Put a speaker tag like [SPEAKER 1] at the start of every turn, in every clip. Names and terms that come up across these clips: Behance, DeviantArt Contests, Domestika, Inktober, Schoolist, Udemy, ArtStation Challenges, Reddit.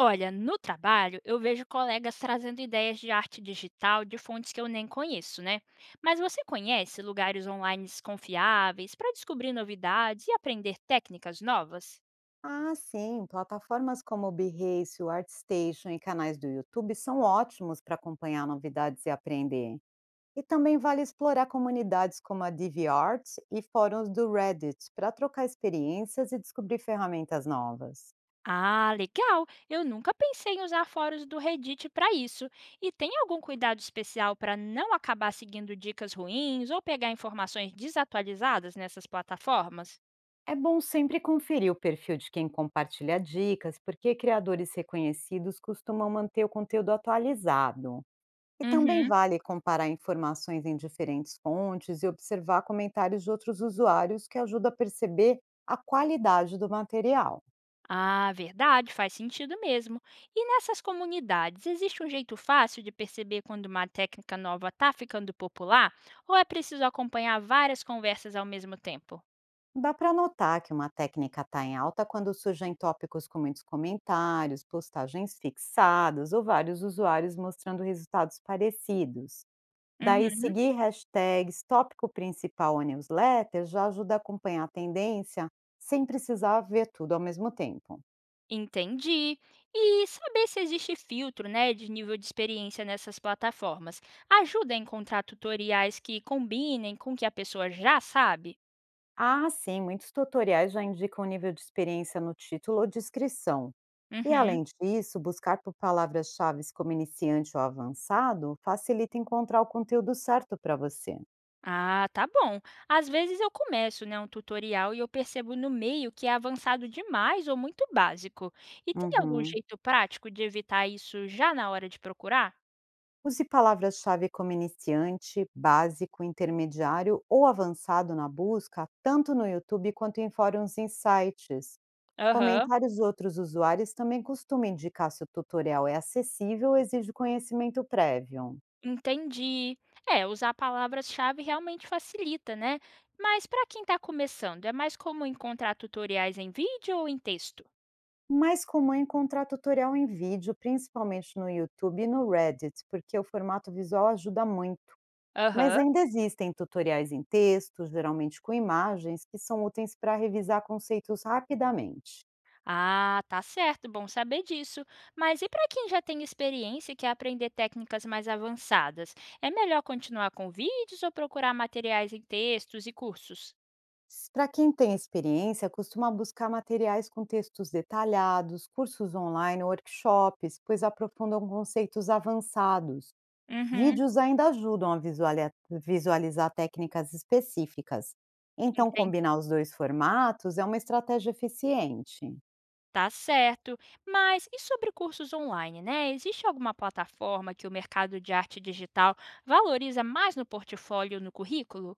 [SPEAKER 1] Olha, no trabalho eu vejo colegas trazendo ideias de arte digital de fontes que eu nem conheço, né? Mas você conhece lugares online confiáveis para descobrir novidades e aprender técnicas novas?
[SPEAKER 2] Ah, sim. Plataformas como o Behance, o ArtStation e canais do YouTube são ótimos para acompanhar novidades e aprender. E também vale explorar comunidades como a DeviantArt e fóruns do Reddit para trocar experiências e descobrir ferramentas novas.
[SPEAKER 1] Ah, legal! Eu nunca pensei em usar fóruns do Reddit para isso. E tem algum cuidado especial para não acabar seguindo dicas ruins ou pegar informações desatualizadas nessas plataformas?
[SPEAKER 2] É bom sempre conferir o perfil de quem compartilha dicas, porque criadores reconhecidos costumam manter o conteúdo atualizado. E também
[SPEAKER 1] Uhum.
[SPEAKER 2] vale comparar informações em diferentes fontes e observar comentários de outros usuários, que ajuda a perceber a qualidade do material.
[SPEAKER 1] Ah, verdade, faz sentido mesmo. E nessas comunidades, existe um jeito fácil de perceber quando uma técnica nova está ficando popular? Ou é preciso acompanhar várias conversas ao mesmo tempo?
[SPEAKER 2] Dá para notar que uma técnica está em alta quando surgem tópicos com muitos comentários, postagens fixadas ou vários usuários mostrando resultados parecidos. Daí,
[SPEAKER 1] Uhum.
[SPEAKER 2] seguir hashtags, tópico principal ou newsletter já ajuda a acompanhar a tendência sem precisar ver tudo ao mesmo tempo.
[SPEAKER 1] Entendi. E saber se existe filtro, né, de nível de experiência nessas plataformas ajuda a encontrar tutoriais que combinem com o que a pessoa já sabe?
[SPEAKER 2] Ah, sim, muitos tutoriais já indicam o nível de experiência no título ou descrição. E
[SPEAKER 1] Uhum.
[SPEAKER 2] além disso, buscar por palavras-chave como iniciante ou avançado facilita encontrar o conteúdo certo para você.
[SPEAKER 1] Ah, tá bom. Às vezes eu começo, né, um tutorial e eu percebo no meio que é avançado demais ou muito básico. E tem algum
[SPEAKER 2] Uhum.
[SPEAKER 1] jeito prático de evitar isso já na hora de procurar?
[SPEAKER 2] Use palavras-chave como iniciante, básico, intermediário ou avançado na busca, tanto no YouTube quanto em fóruns e sites.
[SPEAKER 1] Aham,
[SPEAKER 2] Comentários de outros usuários também costumam indicar se o tutorial é acessível ou exige conhecimento prévio.
[SPEAKER 1] entendi. É, usar palavras-chave realmente facilita, né? Mas para quem está começando, é mais comum encontrar tutoriais em vídeo ou em texto?
[SPEAKER 2] Mais comum é encontrar tutorial em vídeo, principalmente no YouTube e no Reddit, porque o formato visual ajuda muito. Mas
[SPEAKER 1] Aham.
[SPEAKER 2] ainda existem tutoriais em texto, geralmente com imagens, que são úteis para revisar conceitos rapidamente.
[SPEAKER 1] Ah, tá certo, bom saber disso. Mas e para quem já tem experiência e quer aprender técnicas mais avançadas? É melhor continuar com vídeos ou procurar materiais em textos e cursos?
[SPEAKER 2] Para quem tem experiência, costuma buscar materiais com textos detalhados, cursos online, workshops, pois aprofundam conceitos avançados.
[SPEAKER 1] Uhum,
[SPEAKER 2] Vídeos ainda ajudam a visualizar técnicas específicas. Então,
[SPEAKER 1] entendi.
[SPEAKER 2] combinar os dois formatos é uma estratégia eficiente.
[SPEAKER 1] Tá certo. Mas e sobre cursos online, né? Existe alguma plataforma que o mercado de arte digital valoriza mais no portfólio, no currículo?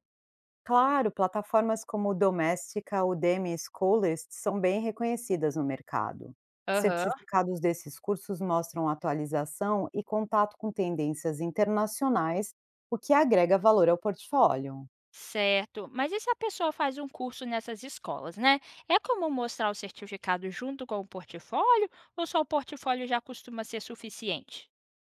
[SPEAKER 2] Claro, plataformas como Domestika, Udemy e Schoolist são bem reconhecidas no mercado.
[SPEAKER 1] Aham.
[SPEAKER 2] Certificados desses cursos mostram atualização e contato com tendências internacionais, o que agrega valor ao portfólio.
[SPEAKER 1] Certo. Mas e se a pessoa faz um curso nessas escolas, né? É como mostrar o certificado junto com o portfólio ou só o portfólio já costuma ser suficiente?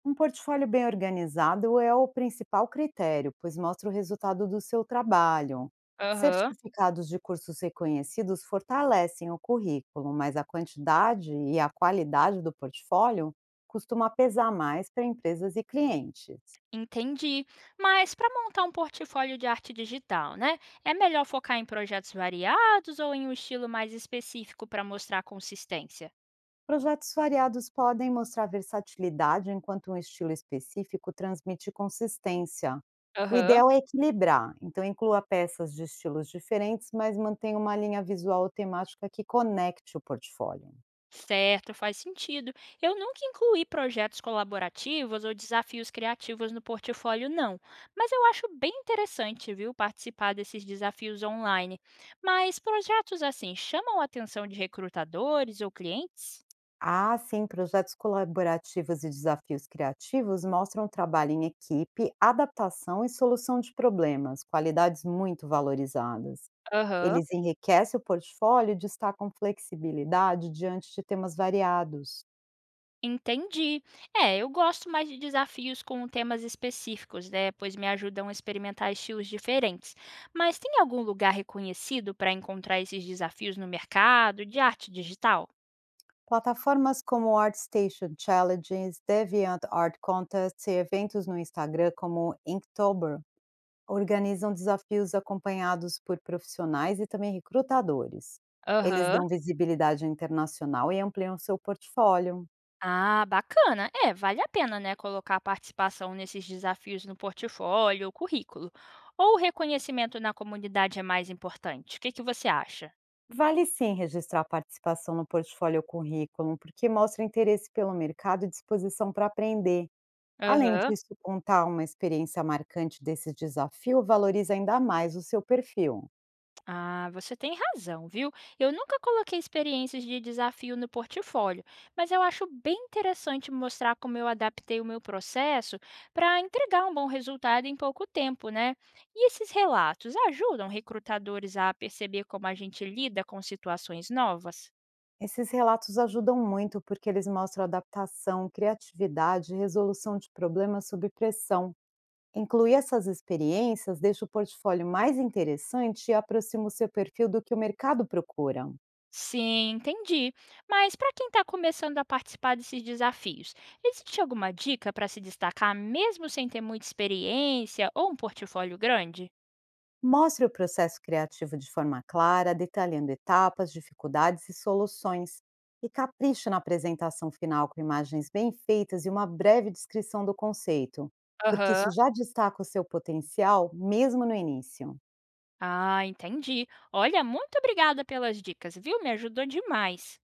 [SPEAKER 2] Um portfólio bem organizado é o principal critério, pois mostra o resultado do seu trabalho.
[SPEAKER 1] Aham.
[SPEAKER 2] Certificados de cursos reconhecidos fortalecem o currículo, mas a quantidade e a qualidade do portfólio costuma pesar mais para empresas e clientes.
[SPEAKER 1] Entendi. Mas para montar um portfólio de arte digital, né? É melhor focar em projetos variados ou em um estilo mais específico para mostrar consistência?
[SPEAKER 2] Projetos variados podem mostrar versatilidade enquanto um estilo específico transmite consistência. O
[SPEAKER 1] Aham.
[SPEAKER 2] ideal é equilibrar, então inclua peças de estilos diferentes, mas mantenha uma linha visual ou temática que conecte o portfólio.
[SPEAKER 1] Certo, faz sentido. Eu nunca incluí projetos colaborativos ou desafios criativos no portfólio, não. Mas eu acho bem interessante, viu, participar desses desafios online. Mas projetos assim chamam a atenção de recrutadores ou clientes?
[SPEAKER 2] Ah, sim, projetos colaborativos e desafios criativos mostram trabalho em equipe, adaptação e solução de problemas, qualidades muito valorizadas.
[SPEAKER 1] Aham.
[SPEAKER 2] Eles enriquecem o portfólio e destacam flexibilidade diante de temas variados.
[SPEAKER 1] Entendi. É, eu gosto mais de desafios com temas específicos, né? Pois me ajudam a experimentar estilos diferentes. Mas tem algum lugar reconhecido para encontrar esses desafios no mercado de arte digital?
[SPEAKER 2] Plataformas como ArtStation Challenges, DeviantArt Contests e eventos no Instagram como Inktober organizam desafios acompanhados por profissionais e também recrutadores. Eles
[SPEAKER 1] Aham.
[SPEAKER 2] dão visibilidade internacional e ampliam seu portfólio.
[SPEAKER 1] Ah, bacana. É, vale a pena, né, colocar a participação nesses desafios no portfólio ou currículo. Ou o reconhecimento na comunidade é mais importante? O que que você acha?
[SPEAKER 2] Vale sim registrar a participação no portfólio ou currículo, porque mostra interesse pelo mercado e disposição para aprender. Além
[SPEAKER 1] Aham.
[SPEAKER 2] disso, contar uma experiência marcante desse desafio valoriza ainda mais o seu perfil.
[SPEAKER 1] Ah, você tem razão, viu? Eu nunca coloquei experiências de desafio no portfólio, mas eu acho bem interessante mostrar como eu adaptei o meu processo para entregar um bom resultado em pouco tempo, né? E esses relatos ajudam recrutadores a perceber como a gente lida com situações novas?
[SPEAKER 2] Esses relatos ajudam muito porque eles mostram adaptação, criatividade e resolução de problemas sob pressão. Incluir essas experiências deixa o portfólio mais interessante e aproxima o seu perfil do que o mercado procura.
[SPEAKER 1] Sim, entendi. Mas para quem está começando a participar desses desafios, existe alguma dica para se destacar mesmo sem ter muita experiência ou um portfólio grande?
[SPEAKER 2] Mostre o processo criativo de forma clara, detalhando etapas, dificuldades e soluções. E capriche na apresentação final com imagens bem feitas e uma breve descrição do conceito, porque
[SPEAKER 1] Aham.
[SPEAKER 2] isso já destaca o seu potencial, mesmo no início.
[SPEAKER 1] Ah, entendi. Olha, muito obrigada pelas dicas, viu? Me ajudou demais.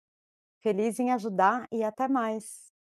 [SPEAKER 2] Feliz em ajudar e até mais.